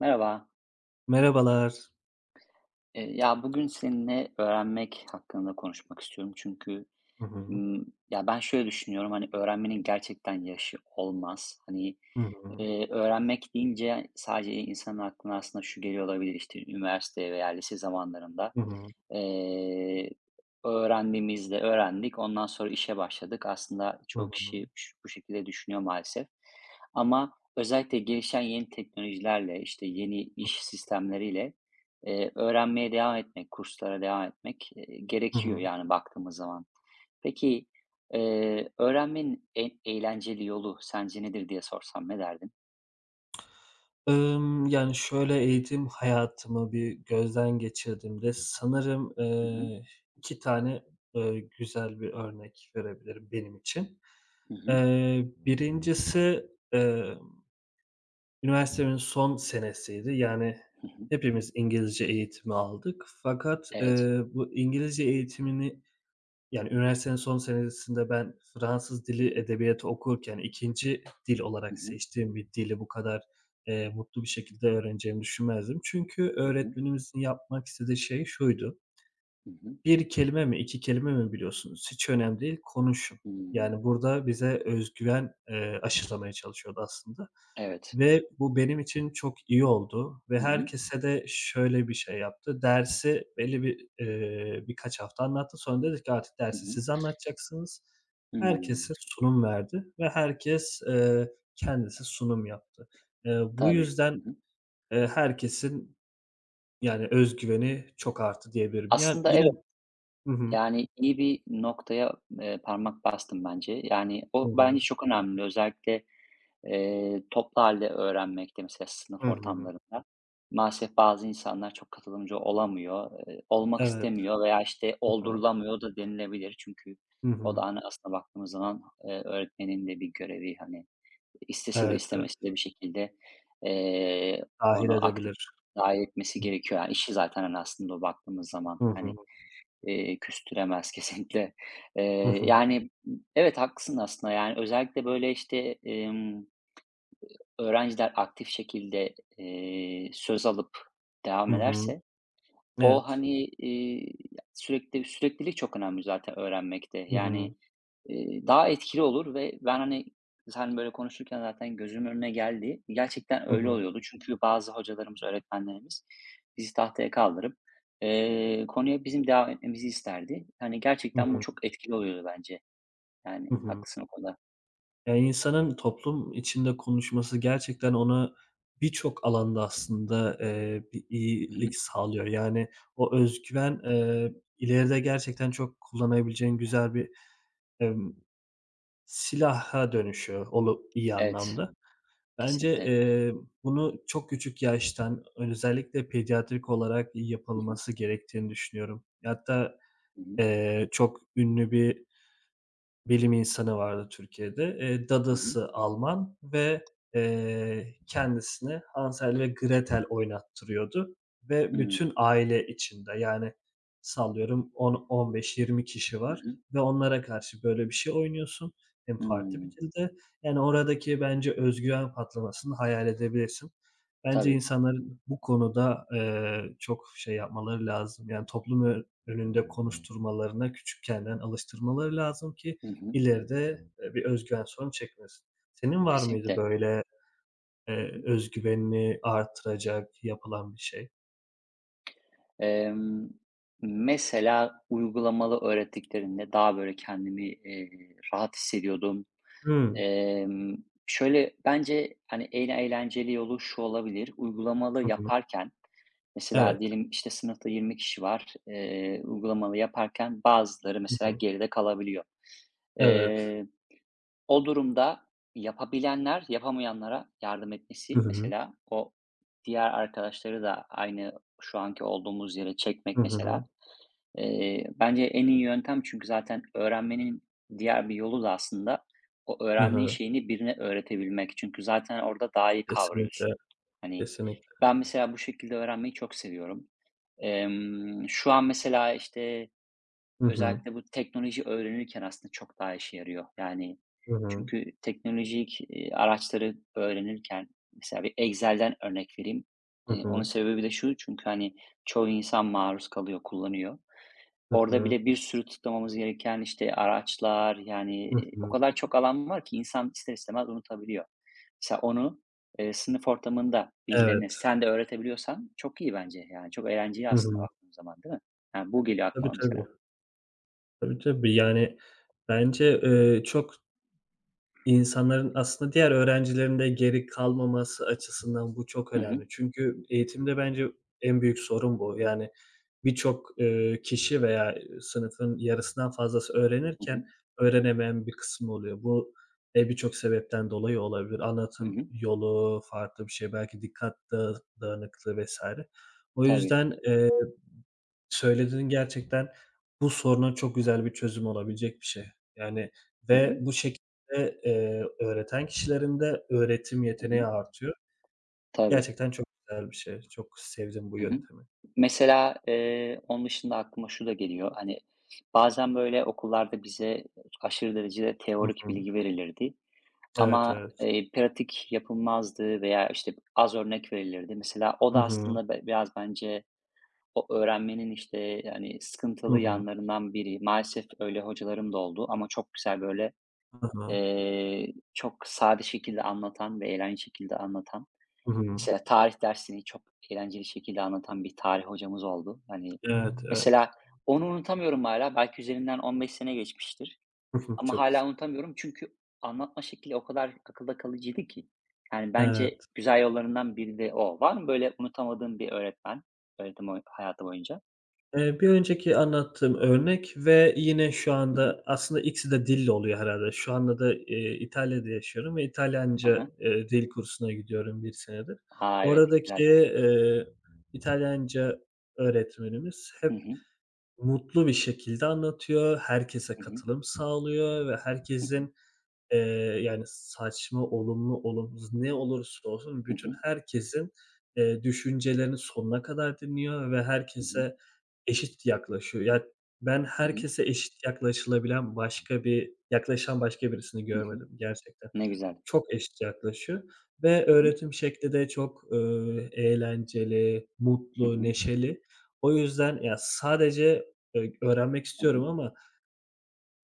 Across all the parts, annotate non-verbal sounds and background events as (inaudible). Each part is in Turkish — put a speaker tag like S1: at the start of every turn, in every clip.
S1: Merhaba.
S2: Merhabalar.
S1: Ya bugün seninle öğrenmek hakkında konuşmak istiyorum. Çünkü
S2: Hı hı.
S1: Imm, ya, ben şöyle düşünüyorum, hani, öğrenmenin gerçekten yaşı olmaz. Hani,
S2: Hı hı.
S1: öğrenmek deyince sadece insanın aklına aslında şu geliyor olabilir, işte, üniversite veya lise zamanlarında,
S2: Hı hı.
S1: eee, öğrendiğimizde öğrendik, ondan sonra işe başladık. Aslında
S2: Hı
S1: çoğu kişi
S2: hı.
S1: bu şekilde düşünüyor maalesef, ama özellikle gelişen yeni teknolojilerle, işte, yeni iş sistemleriyle, öğrenmeye devam etmek, kurslara devam etmek,
S2: Hı
S1: gerekiyor,
S2: hı.
S1: yani, baktığımız zaman. Peki, öğrenmenin en eğlenceli yolu sence nedir diye sorsam ne derdin?
S2: Yani, şöyle, eğitim hayatımı bir gözden geçirdiğimde sanırım,
S1: Hı hı.
S2: 2 tane, güzel bir örnek verebilirim benim için.
S1: Hı hı.
S2: Birincisi, emm, üniversitemin son senesiydi. Yani,
S1: Hı hı.
S2: hepimiz İngilizce eğitimi aldık fakat,
S1: Evet.
S2: bu İngilizce eğitimini. Yani, üniversitenin son senesinde ben Fransız
S1: Hı
S2: dili
S1: hı.
S2: edebiyatı okurken ikinci dil
S1: Hı
S2: olarak
S1: hı.
S2: seçtiğim bir dili bu kadar, mutlu bir şekilde öğreneceğimi düşünmezdim. Çünkü
S1: Hı hı.
S2: öğretmenimizin yapmak istediği şey şuydu:
S1: Hı hı.
S2: bir kelime mi, 2 kelime mi biliyorsunuz? Hiç önemli değil, konuşun.
S1: Hımm.
S2: Yani, burada bize öz güven, aşılamaya çalışıyordu aslında
S1: Evet.
S2: ve bu benim için çok iyi oldu ve
S1: Hı hı.
S2: herkese de şöyle bir şey yaptı. Dersi belli bir, birkaç hafta anlattı. Sonra dedi ki artık
S1: Hı
S2: dersi
S1: hı.
S2: siz anlatacaksınız.
S1: Hımm.
S2: Herkese sunum verdi ve herkes, kendisi sunum yaptı. Bu
S1: Tabii.
S2: yüzden,
S1: Hı hı.
S2: herkesin, yani, öz güveni çok arttı diyebilirim. Yani,
S1: Aslında
S2: yine.
S1: evet,
S2: Hı hı.
S1: yani, iyi bir noktaya, parmak bastım bence. Yani,
S2: Hı
S1: o bence
S2: hı.
S1: çok önemli. Özellikle toplu hâlde öğrenmekte, mesela
S2: Hı
S1: sınıf
S2: hı.
S1: ortamlarında, maalesef bazı insanlar çok katılımcı olamıyor, olmak
S2: Evet.
S1: istemiyor veya, işte,
S2: Hı hı.
S1: oldurulamıyor da denilebilir. Çünkü
S2: Hı
S1: o da,
S2: hı.
S1: hani, aslında baktığımız zaman, öğretmenin de bir görevi, hani, istese de
S2: Evet, evet.
S1: istemese de bir şekilde, eee,
S2: Dâhil
S1: onu aktif
S2: edebilir.
S1: dâhil etmesi
S2: Hı.
S1: gerekiyor. Yani, işi zaten, hani, aslında o baktığımız zaman,
S2: Hı hı.
S1: hani, küstüremez (laughs) kesinlikle.
S2: Hı
S1: Eee,
S2: hı.
S1: yani, evet haklısın aslında. Yani, özellikle böyle, işte, emm öğrenciler aktif şekilde, söz alıp devam
S2: Hı.
S1: ederse o,
S2: Evet.
S1: hani, iii, sürekli süreklilik çok önemli zaten öğrenmekte.
S2: Hı hı.
S1: Yani, daha etkili olur ve ben, hani, sen böyle konuşurken zaten gözümün önüne geldi. Gerçekten
S2: Hı
S1: öyle
S2: hı.
S1: oluyordu. Çünkü bazı hocalarımız, öğretmenlerimiz bizi tahtaya kaldırıp, konuya bizim devam etmemizi isterdi. Hani,
S2: Hı
S1: gerçekten bu
S2: hı.
S1: çok etkili oluyordu bence. Yani
S2: Hı hı.
S1: haklısın o konuda.
S2: Ya, insanın toplum içinde konuşması gerçekten ona birçok alanda aslında, bir
S1: Hı hı.
S2: iyilik sağlıyor. Yani o öz güven, ileride gerçekten çok kullanabileceğin güzel bir, emm, silaha dönüşüyor olu iyi
S1: Evet,
S2: anlamda. Bence,
S1: kesinlikle.
S2: bunu çok küçük yaştan, özellikle pediatrik olarak
S1: Hı hı.
S2: yapılması gerektiğini düşünüyorum. Hatta,
S1: Hı hı.
S2: çok ünlü bir bilim insanı vardı Türkiye'de.
S1: Hı hı.
S2: Dadası Alman ve, kendisini Hansel ve Gretel oynattırıyordu ve
S1: Hıı.
S2: bütün aile içinde, yani sallıyorum 10-15-20 kişi
S1: Hı
S2: var
S1: hı.
S2: ve onlara karşı böyle bir şey oynuyorsun hem farklı bir
S1: Hımm.
S2: dilde. Yani oradaki bence öz güven patlamasını hayal edebilirsin. Bence
S1: Tabii.
S2: insanların bu konuda, çok şey yapmaları lazım, yani toplum önünde konuşturmalarına küçükkenden alıştırmaları lazım ki
S1: Hı hı.
S2: İleride, bir güven sorunu çekmesin. Senin var mıydı
S1: Kesinlikle.
S2: böyle,
S1: Hı hı.
S2: öz güvenini artıracak yapılan bir şey?
S1: Emm, mesela uygulamalı öğrettiklerinde daha böyle kendimi, rahat hissediyordum.
S2: Hımm.
S1: Emm, şöyle, bence, hani, en eğlenceli yolu şu olabilir: uygulamalı
S2: Hı hı.
S1: yaparken, mesela
S2: Evet.
S1: diyelim, işte, sınıfta 20 kişi var. Uygulamalı yaparken bazıları
S2: Hı
S1: mesela
S2: hı.
S1: geride kalabiliyor.
S2: Evet.
S1: Eee O durumda yapabilenler yapamayanlara yardım
S2: Hı
S1: etmesi,
S2: hı.
S1: mesela o diğer arkadaşları da aynı şu anki olduğumuz yere
S2: Hı
S1: çekmek
S2: hı.
S1: mesela, bence en iyi yöntem, çünkü zaten öğrenmenin diğer bir yolu da aslında o
S2: Hı
S1: öğrendiğin
S2: hı.
S1: şeyini birine öğretebilmek. Çünkü zaten orada daha iyi
S2: Kesinlikle,
S1: kavruyorsun. Hani,
S2: kesinlikle.
S1: ben mesela bu şekilde öğrenmeyi çok seviyorum. Şu an mesela, işte,
S2: Hı hı.
S1: özellikle bu teknoloji öğrenirken aslında çok daha işe yarıyor. Yani,
S2: Hı hı.
S1: çünkü teknolojik, araçları öğrenirken mesela bir Excel'den örnek vereyim.
S2: Hı
S1: Onun
S2: hı.
S1: sebebi de şu, çünkü, hani, çoğu insan maruz kalıyor, kullanıyor.
S2: Hı
S1: Orada
S2: hı.
S1: bile bir sürü tıklamamız gereken, işte, araçlar, yani,
S2: Hı
S1: o
S2: hı.
S1: kadar çok alan var ki insan ister istemez unutabiliyor. Mesela onu, sınıf ortamında birilerine
S2: Evet.
S1: sen de öğretebiliyorsan çok iyi bence. Yani, çok eğlenceli
S2: Hı
S1: aslında
S2: hı.
S1: baktığın zaman, değil mi? Yani, bu geliyor
S2: Tabii,
S1: aklıma
S2: tabii.
S1: mesela.
S2: Tabii, tabii. Yani bence, çok. İnsanların aslında diğer öğrencilerin de geri kalmaması açısından bu çok
S1: Hı hı.
S2: önemli. Çünkü eğitimde bence en büyük sorun bu. Yani birçok, kişi veya, sınıfın yarısından fazlası
S1: Hı
S2: öğrenirken
S1: hı.
S2: öğrenemeyen bir kısmı oluyor. Bu, birçok sebepten dolayı olabilir.
S1: Hı
S2: Anlatım
S1: hı.
S2: yolu farklı bir şey, belki dikkat dağınıklığı vs. O
S1: Tabii.
S2: yüzden. Söylediğin gerçekten bu soruna çok güzel bir çözüm olabilecek bir şey. Yani
S1: Hı
S2: ve
S1: hı.
S2: bu şekilde, öğreten kişilerin de öğretim
S1: Hı
S2: yeteneği
S1: hı.
S2: artıyor.
S1: Tabii.
S2: Gerçekten çok güzel bir şey. Çok sevdim bu
S1: Hı hı.
S2: yöntemi.
S1: Mesela, onun dışında aklıma şu da geliyor, hani, bazen böyle okullarda bize aşırı derecede
S2: Hı
S1: teorik
S2: hı.
S1: bilgi verilirdi
S2: Evet,
S1: ama,
S2: evet.
S1: pratik yapılmazdı veya, işte, az örnek verilirdi. Mesela o
S2: Hı
S1: da
S2: hı.
S1: aslında biraz bence o öğrenmenin, işte, hani,
S2: Hı
S1: sıkıntılı
S2: hı.
S1: yanlarından biri. Maalesef öyle hocalarım da oldu, ama çok güzel böyle,
S2: Hı hı.
S1: çok sade şekilde anlatan ve eğlenceli şekilde anlatan,
S2: Hı hı.
S1: mesela tarih dersini çok eğlenceli şekilde anlatan bir tarih hocamız oldu. Hani,
S2: Evet, evet.
S1: mesela onu unutamıyorum hala. Belki üzerinden 15 sene geçmiştir
S2: Hı hı.
S1: ama
S2: Çok
S1: hala
S2: güzel.
S1: unutamıyorum, çünkü anlatma şekli o kadar akılda kalıcıydı ki. Yani, bence
S2: Evet.
S1: güzel yollarından biri de o. Var mı böyle unutamadığın bir öğretmen, öğretim boyu hayatı boyunca?
S2: Bir önceki anlattığım örnek ve yine şu
S1: Hı hı.
S2: anda aslında ikisi de dille oluyor herhâlde. Şu anda da, İtalya'da yaşıyorum ve
S1: Hı
S2: İtalyanca,
S1: hı.
S2: dil kursuna gidiyorum bir senedir.
S1: Evet,
S2: Oradaki,
S1: güzel.
S2: İtalyanca öğretmenimiz
S1: Hı
S2: hep
S1: hı.
S2: mutlu bir şekilde anlatıyor, herkese
S1: Hı hı.
S2: katılım sağlıyor ve
S1: Hı hı.
S2: herkesin. Eee, Yani, saçma, olumlu, olumsuz ne olursa olsun
S1: Hı
S2: bütün
S1: hı.
S2: herkesin, düşüncelerini sonuna kadar dinliyor ve
S1: Hı hı.
S2: herkese eşit yaklaşıyor. Ya, ben
S1: Hı hı.
S2: herkese eşit yaklaşılabilen başka bir yaklaşan başka birisini
S1: Hı hı.
S2: görmedim gerçekten.
S1: Ne güzel.
S2: Çok eşit yaklaşıyor ve
S1: Hı hı.
S2: öğretim şekli de çok, eğlenceli,
S1: Hı
S2: mutlu,
S1: hı.
S2: neşeli. O yüzden ya, sadece, öğrenmek
S1: Hı
S2: istiyorum
S1: hı.
S2: ama.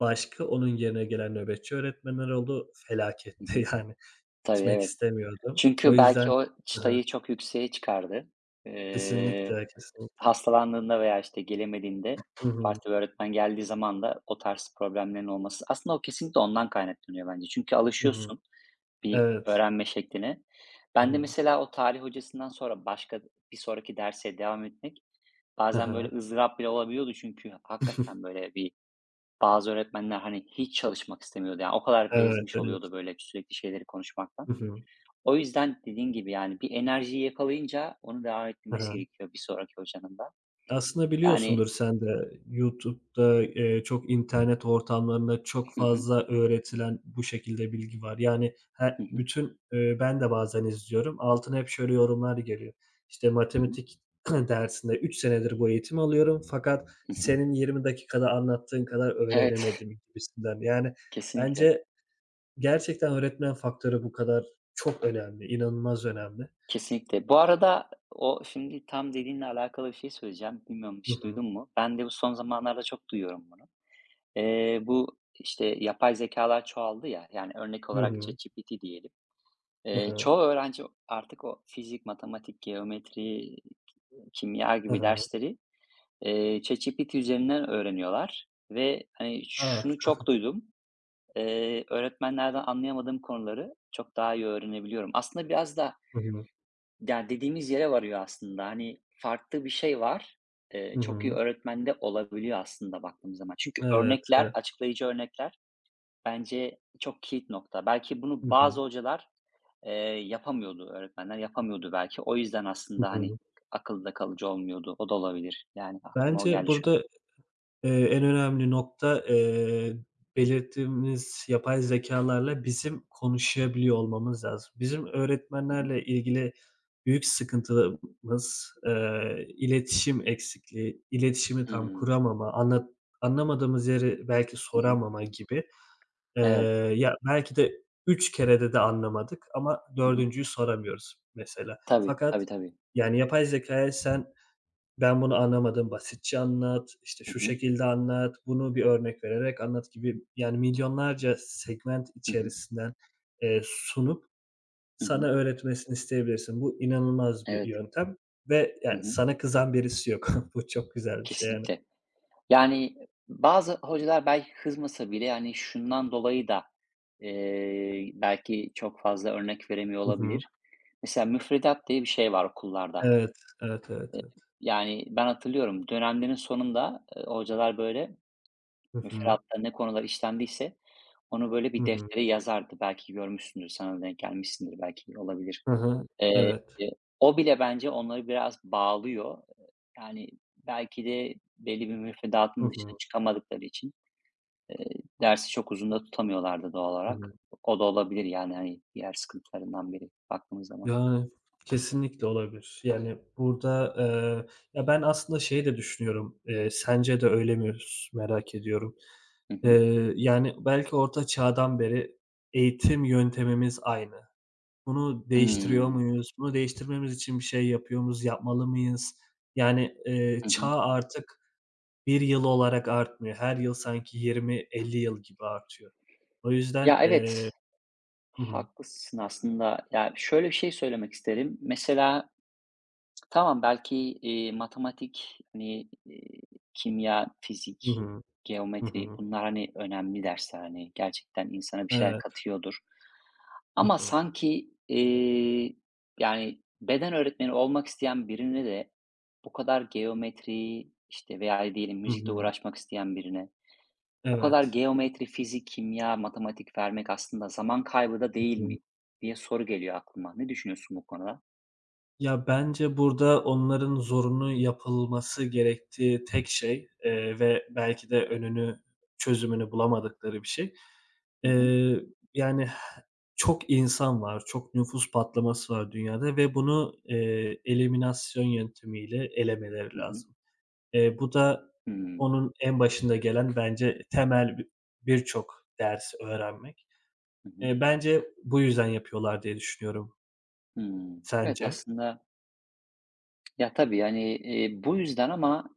S2: Başka onun yerine gelen nöbetçi öğretmenler oldu.
S1: Hı
S2: Felaketti
S1: hı.
S2: (laughs) yani.
S1: Tabii,
S2: Gitmek
S1: evet.
S2: istemiyordum. O
S1: Çünkü belki
S2: yüzden.
S1: o
S2: Hı hı.
S1: çıtayı çok yükseğe çıkardı. Eee,
S2: Kesinlikle, kesinlikle.
S1: hastalandığında veya, işte, gelemediğinde
S2: Hı hı.
S1: farklı bir öğretmen geldiği zaman da o tarz problemlerin olması aslında o kesinlikle ondan kaynaklanıyor bence. Çünkü
S2: Hı hı.
S1: alışıyorsun bir
S2: Evet.
S1: öğrenme şekline.
S2: Hı
S1: Ben de
S2: hı.
S1: mesela o tarih hocasından sonra başka bir sonraki derse devam etmek
S2: Hı
S1: bazen, böyle,
S2: hı.
S1: ızdırap bile olabiliyordu. Çünkü hakikaten,
S2: (laughs)
S1: böyle, bir bazı öğretmenler, hani, hiç çalışmak istemiyordu. Yani, o kadar
S2: Evet,
S1: bezmiş
S2: evet.
S1: oluyordu, böyle, sürekli şeyleri konuşmaktan.
S2: Hı hı.
S1: O yüzden dediğin gibi, yani, bir enerjiyi yakalayınca onu devam
S2: Hı
S1: ettirmesi
S2: hı.
S1: gerekiyor bir sonraki hocanın da.
S2: Aslında
S1: Yani,
S2: biliyorsundur sen de YouTube'da, çok internet ortamlarında çok
S1: Hı hı.
S2: fazla öğretilen bu şekilde bilgi var. Yani
S1: Hı hı.
S2: bütün, ben de bazen izliyorum. Altına hep şöyle yorumlar geliyor. İşte
S1: Hı hı.
S2: matematik (clears throat) dersinde 3 senedir bu eğitimi alıyorum fakat
S1: Hı hı.
S2: senin 20 dakikada anlattığın kadar
S1: Evet,
S2: öğrenemedim gibisinden. Yani
S1: (laughs) kesinlikle,
S2: bence gerçekten öğretmen faktörü bu kadar çok önemli, inanılmaz önemli.
S1: kesinlikle. Bu arada o şimdi tam dediğinle alakalı bir şey söyleyeceğim. Bilmiyorum
S2: Hı
S1: hiç
S2: hı.
S1: duydun mu? Ben de bu son zamanlarda çok duyuyorum bunu. Bu, işte, yapay zekalar çoğaldı ya, yani, örnek
S2: Hı
S1: olarak
S2: hı.
S1: ChatGPT diyelim.
S2: Hı hı.
S1: Çoğu öğrenci artık o fizik, matematik, geometri, kimya
S2: Hı
S1: gibi
S2: hı.
S1: dersleri ChatGPT üzerinden öğreniyorlar ve, hani,
S2: A!
S1: şunu çok duydum, öğretmenlerden anlayamadığım konuları çok daha iyi öğrenebiliyorum. Aslında biraz da
S2: Hı hı.
S1: ya, dediğimiz yere varıyor aslında. Hani, farklı bir şey var,
S2: Hı
S1: çok iyi
S2: hı.
S1: öğretmen de olabiliyor aslında baktığımız zaman. Çünkü
S2: Evet,
S1: örnekler,
S2: evet.
S1: açıklayıcı örnekler bence çok kilit nokta. Belki
S2: Hı
S1: bunu bazı
S2: hı.
S1: hocalar, eee, yapamıyordu, öğretmenler yapamıyordu belki. O yüzden
S2: Hı
S1: aslında, hani,
S2: hı.
S1: akılda kalıcı olmuyordu. O da olabilir. Yani aklıma o
S2: Bence
S1: geldi şu an.
S2: burada, en önemli nokta, belirttiğimiz yapay zekâlarla bizim konuşabiliyor olmamız lazım. Bizim öğretmenlerle ilgili büyük sıkıntımız iletişim eksikliği, iletişimi tam
S1: Hımm.
S2: kuramama, anlamadığımız yeri belki
S1: Hı hı.
S2: soramama gibi. Eee,
S1: Evet.
S2: Ya, belki de 3 kerede de anlamadık ama
S1: Hı hı.
S2: dördüncüyü soramıyoruz mesela.
S1: Tabii,
S2: Fakat,
S1: tabii, tabii.
S2: yani, yapay zekâya ben bunu anlamadım, basitçe anlat, işte
S1: Hı
S2: şu
S1: hı.
S2: şekilde anlat, bunu bir örnek vererek anlat gibi yani milyonlarca segment
S1: Hı hı.
S2: içerisinden, sunup
S1: Hı
S2: sana
S1: hı.
S2: öğretmesini isteyebilirsin. Bu inanılmaz bir
S1: Evet.
S2: yöntem ve
S1: Hı
S2: yani
S1: hı.
S2: sana kızan birisi yok. (laughs) Bu çok güzel bir şey yani.
S1: Kesinlikle. Yani, bazı hocalar belki kızmasa bile, hani, şundan dolayı da, belki çok fazla örnek veremiyor
S2: Hı hı.
S1: olabilir. Mesela müfredat diye bir şey var okullarda.
S2: Evet, evet, evet,
S1: Eee,
S2: evet.
S1: yani, ben hatırlıyorum dönemlerin sonunda, hocalar, böyle,
S2: Hı hı.
S1: müfredatta ne konular işlendiyse onu, böyle,
S2: Hı
S1: bir
S2: hı.
S1: deftere yazardı. Belki görmüşsündür, sana da denk gelmişsindir belki, olabilir.
S2: Hı hı.
S1: Eee,
S2: Evet.
S1: o bile bence onları biraz bağlıyor. Yani, belki de belli bir
S2: Hı
S1: müfredatın
S2: hı.
S1: dışına çıkamadıkları için, eee, dersi çok uzun da tutamıyorlardı doğal
S2: Hı hı.
S1: olarak. O da olabilir, yani, hani, diğer sıkıntılarından biri baktığımız zaman.
S2: Yani, kesinlikle olabilir. Yani, burada, ya, ben aslında şeyi de düşünüyorum, sence de öyle mi merak ediyorum.
S1: Hı hı.
S2: Yani, belki orta çağdan beri eğitim yöntemimiz aynı. Bunu değiştiriyor
S1: Hımm.
S2: muyuz? Bunu değiştirmemiz için bir şey yapıyor muyuz, yapmalı mıyız? Yani,
S1: Hı hı.
S2: çağ artık bir yıl olarak artmıyor. Her yıl sanki 20-50 yıl gibi artıyor. O yüzden.
S1: Ya, evet,
S2: Hı hı.
S1: haklısın aslında. Ya, şöyle bir şey söylemek isterim. Mesela tamam, belki, matematik, hani, kimya, fizik,
S2: Hı hı. Hı
S1: geometri,
S2: hı.
S1: bunlar, hani, önemli dersler, hani, gerçekten insana bir şeyler
S2: Evet.
S1: katıyordur.
S2: Hı
S1: Ama
S2: hı.
S1: sanki, yani, beden öğretmeni olmak isteyen birine de bu kadar geometri, işte, veya diyelim
S2: Hı
S1: müzikle
S2: hı.
S1: uğraşmak isteyen birine bu kadar
S2: Evet.
S1: geometri, fizik, kimya, matematik vermek aslında zaman kaybı da
S2: Hı
S1: değil
S2: hı.
S1: mi diye soru geliyor aklıma. Ne düşünüyorsun bu konuda?
S2: Ya, bence burada onların zorunlu yapılması gerektiği tek şey, ve belki de önünü, çözümünü bulamadıkları bir şey.
S1: Hı hı.
S2: Eee, Yani, çok insan var, çok nüfus patlaması var dünyada ve bunu, eliminasyon yöntemiyle elemeleri
S1: Hı hı.
S2: lazım. Bu da
S1: Hımm.
S2: onun en başında gelen bence temel birçok ders öğrenmek.
S1: Hı hı.
S2: Bence bu yüzden yapıyorlar diye düşünüyorum.
S1: Hımm. Evet,
S2: Sence?
S1: aslında ya, tabii, yani, bu yüzden, ama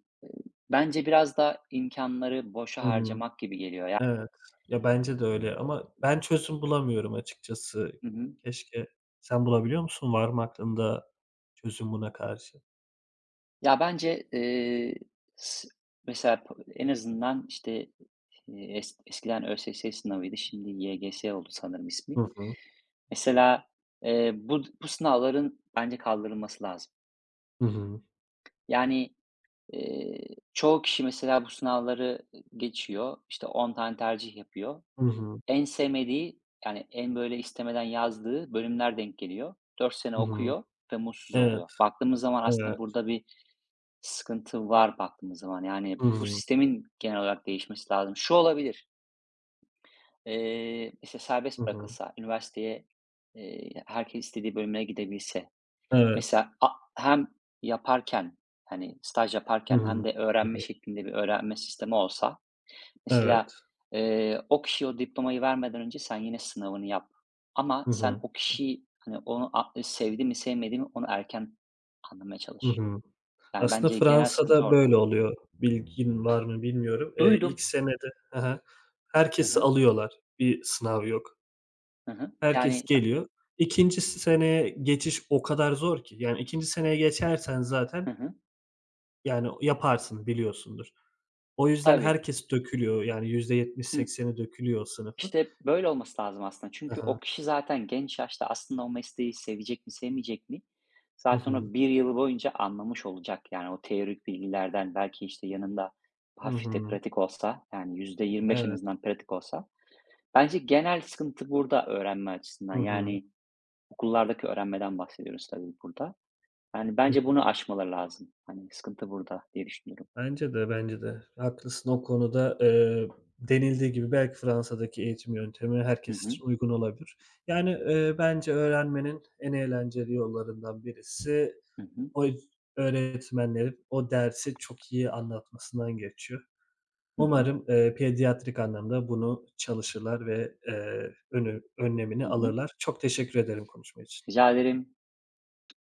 S1: bence biraz da imkânları boşa
S2: Hı hı.
S1: harcamak gibi geliyor ya.
S2: Evet. Ya, bence de öyle ama ben çözüm bulamıyorum açıkçası.
S1: Hı hı.
S2: Keşke. Sen bulabiliyor musun? Var mı aklında çözüm buna karşı?
S1: Ya, bence, s mesela en azından, işte, es eskiden ÖSS sınavıydı, şimdi YGS oldu sanırım
S2: Hı
S1: ismi.
S2: hı.
S1: Mesela, bu sınavların bence kaldırılması lazım.
S2: Hı hı.
S1: Yani, eee, çoğu kişi mesela bu sınavları geçiyor, işte, 10 tane tercih yapıyor.
S2: Hı hı.
S1: En sevmediği, yani, en böyle istemeden yazdığı bölümler denk geliyor. 4 sene
S2: Hı hı.
S1: okuyor ve mutsuz
S2: Evet,
S1: oluyor. Baktığımız zaman aslında
S2: evet.
S1: burada bir sıkıntı var baktığımız zaman. Yani,
S2: Hı
S1: bu
S2: hı.
S1: sistemin genel olarak değişmesi lazım. Şu olabilir, mesela
S2: Hı
S1: serbest
S2: hı.
S1: bırakılsa, üniversiteye, herkes istediği bölümüne gidebilse.
S2: Evet.
S1: Mesela hem yaparken, hani, staj
S2: Hı
S1: yaparken
S2: hı.
S1: hem de
S2: Hı
S1: öğrenme
S2: hı.
S1: şeklinde bir öğrenme sistemi olsa. Mesela,
S2: Evet.
S1: o kişiye o diplomayı vermeden önce sen yine sınavını yap, ama
S2: Hı
S1: sen
S2: hı.
S1: o kişiyi, hani, onu sevdi mi sevmedi mi onu erken anlamaya
S2: Hı
S1: çalış.
S2: hı.
S1: Yani,
S2: Aslında
S1: bence genel sıkıntı
S2: Fransa'da
S1: orada.
S2: böyle oluyor. Bilgin var mı bilmiyorum. İlk
S1: Duydum.
S2: senede. Hı hı.
S1: Hı
S2: Herkesi
S1: hı.
S2: alıyorlar. Bir sınav yok.
S1: Hı hı.
S2: Herkes
S1: Yani,
S2: geliyor. İkinci seneye geçiş o kadar zor ki. Yani ikinci seneye geçersen zaten,
S1: Hı hı.
S2: yani, yaparsın, biliyorsundur. O yüzden
S1: Tabii.
S2: herkes dökülüyor. Yani 70
S1: Hı.
S2: sekseni dökülüyor o sınıfın.
S1: İşte, böyle olması lazım aslında.
S2: Hı
S1: Çünkü o
S2: hı.
S1: kişi zaten genç yaşta aslında o mesleği sevecek mi, sevmeyecek mi?
S2: Hı
S1: Zaten
S2: hı.
S1: o bir yıl boyunca anlamış olacak. Yani o teorik bilgilerden belki, işte, yanında
S2: Hı
S1: hafif de
S2: hı.
S1: pratik olsa, yani %25 en
S2: Evet.
S1: azından pratik olsa. Bence genel sıkıntı burada öğrenme
S2: Hı
S1: açısından.
S2: hı.
S1: Yani okullardaki öğrenmeden bahsediyoruz tabii burada. Yani
S2: Hı
S1: bence
S2: hı.
S1: bunu aşmaları lazım. Hani sıkıntı burada diye düşünüyorum.
S2: Bence de, bence de. Haklısın o konuda. Denildiği gibi belki Fransa'daki eğitim yöntemi
S1: Hı
S2: herkes
S1: hı.
S2: için uygun olabilir. Yani, bence öğrenmenin en eğlenceli yollarından birisi
S1: Hı hı.
S2: o öğretmenlerin o dersi çok iyi anlatmasından geçiyor.
S1: Hı hı.
S2: Umarım, pediatrik anlamda bunu çalışırlar ve, önü
S1: Hı
S2: önlemini
S1: hı.
S2: alırlar. Çok teşekkür ederim konuşma için.
S1: Rica ederim.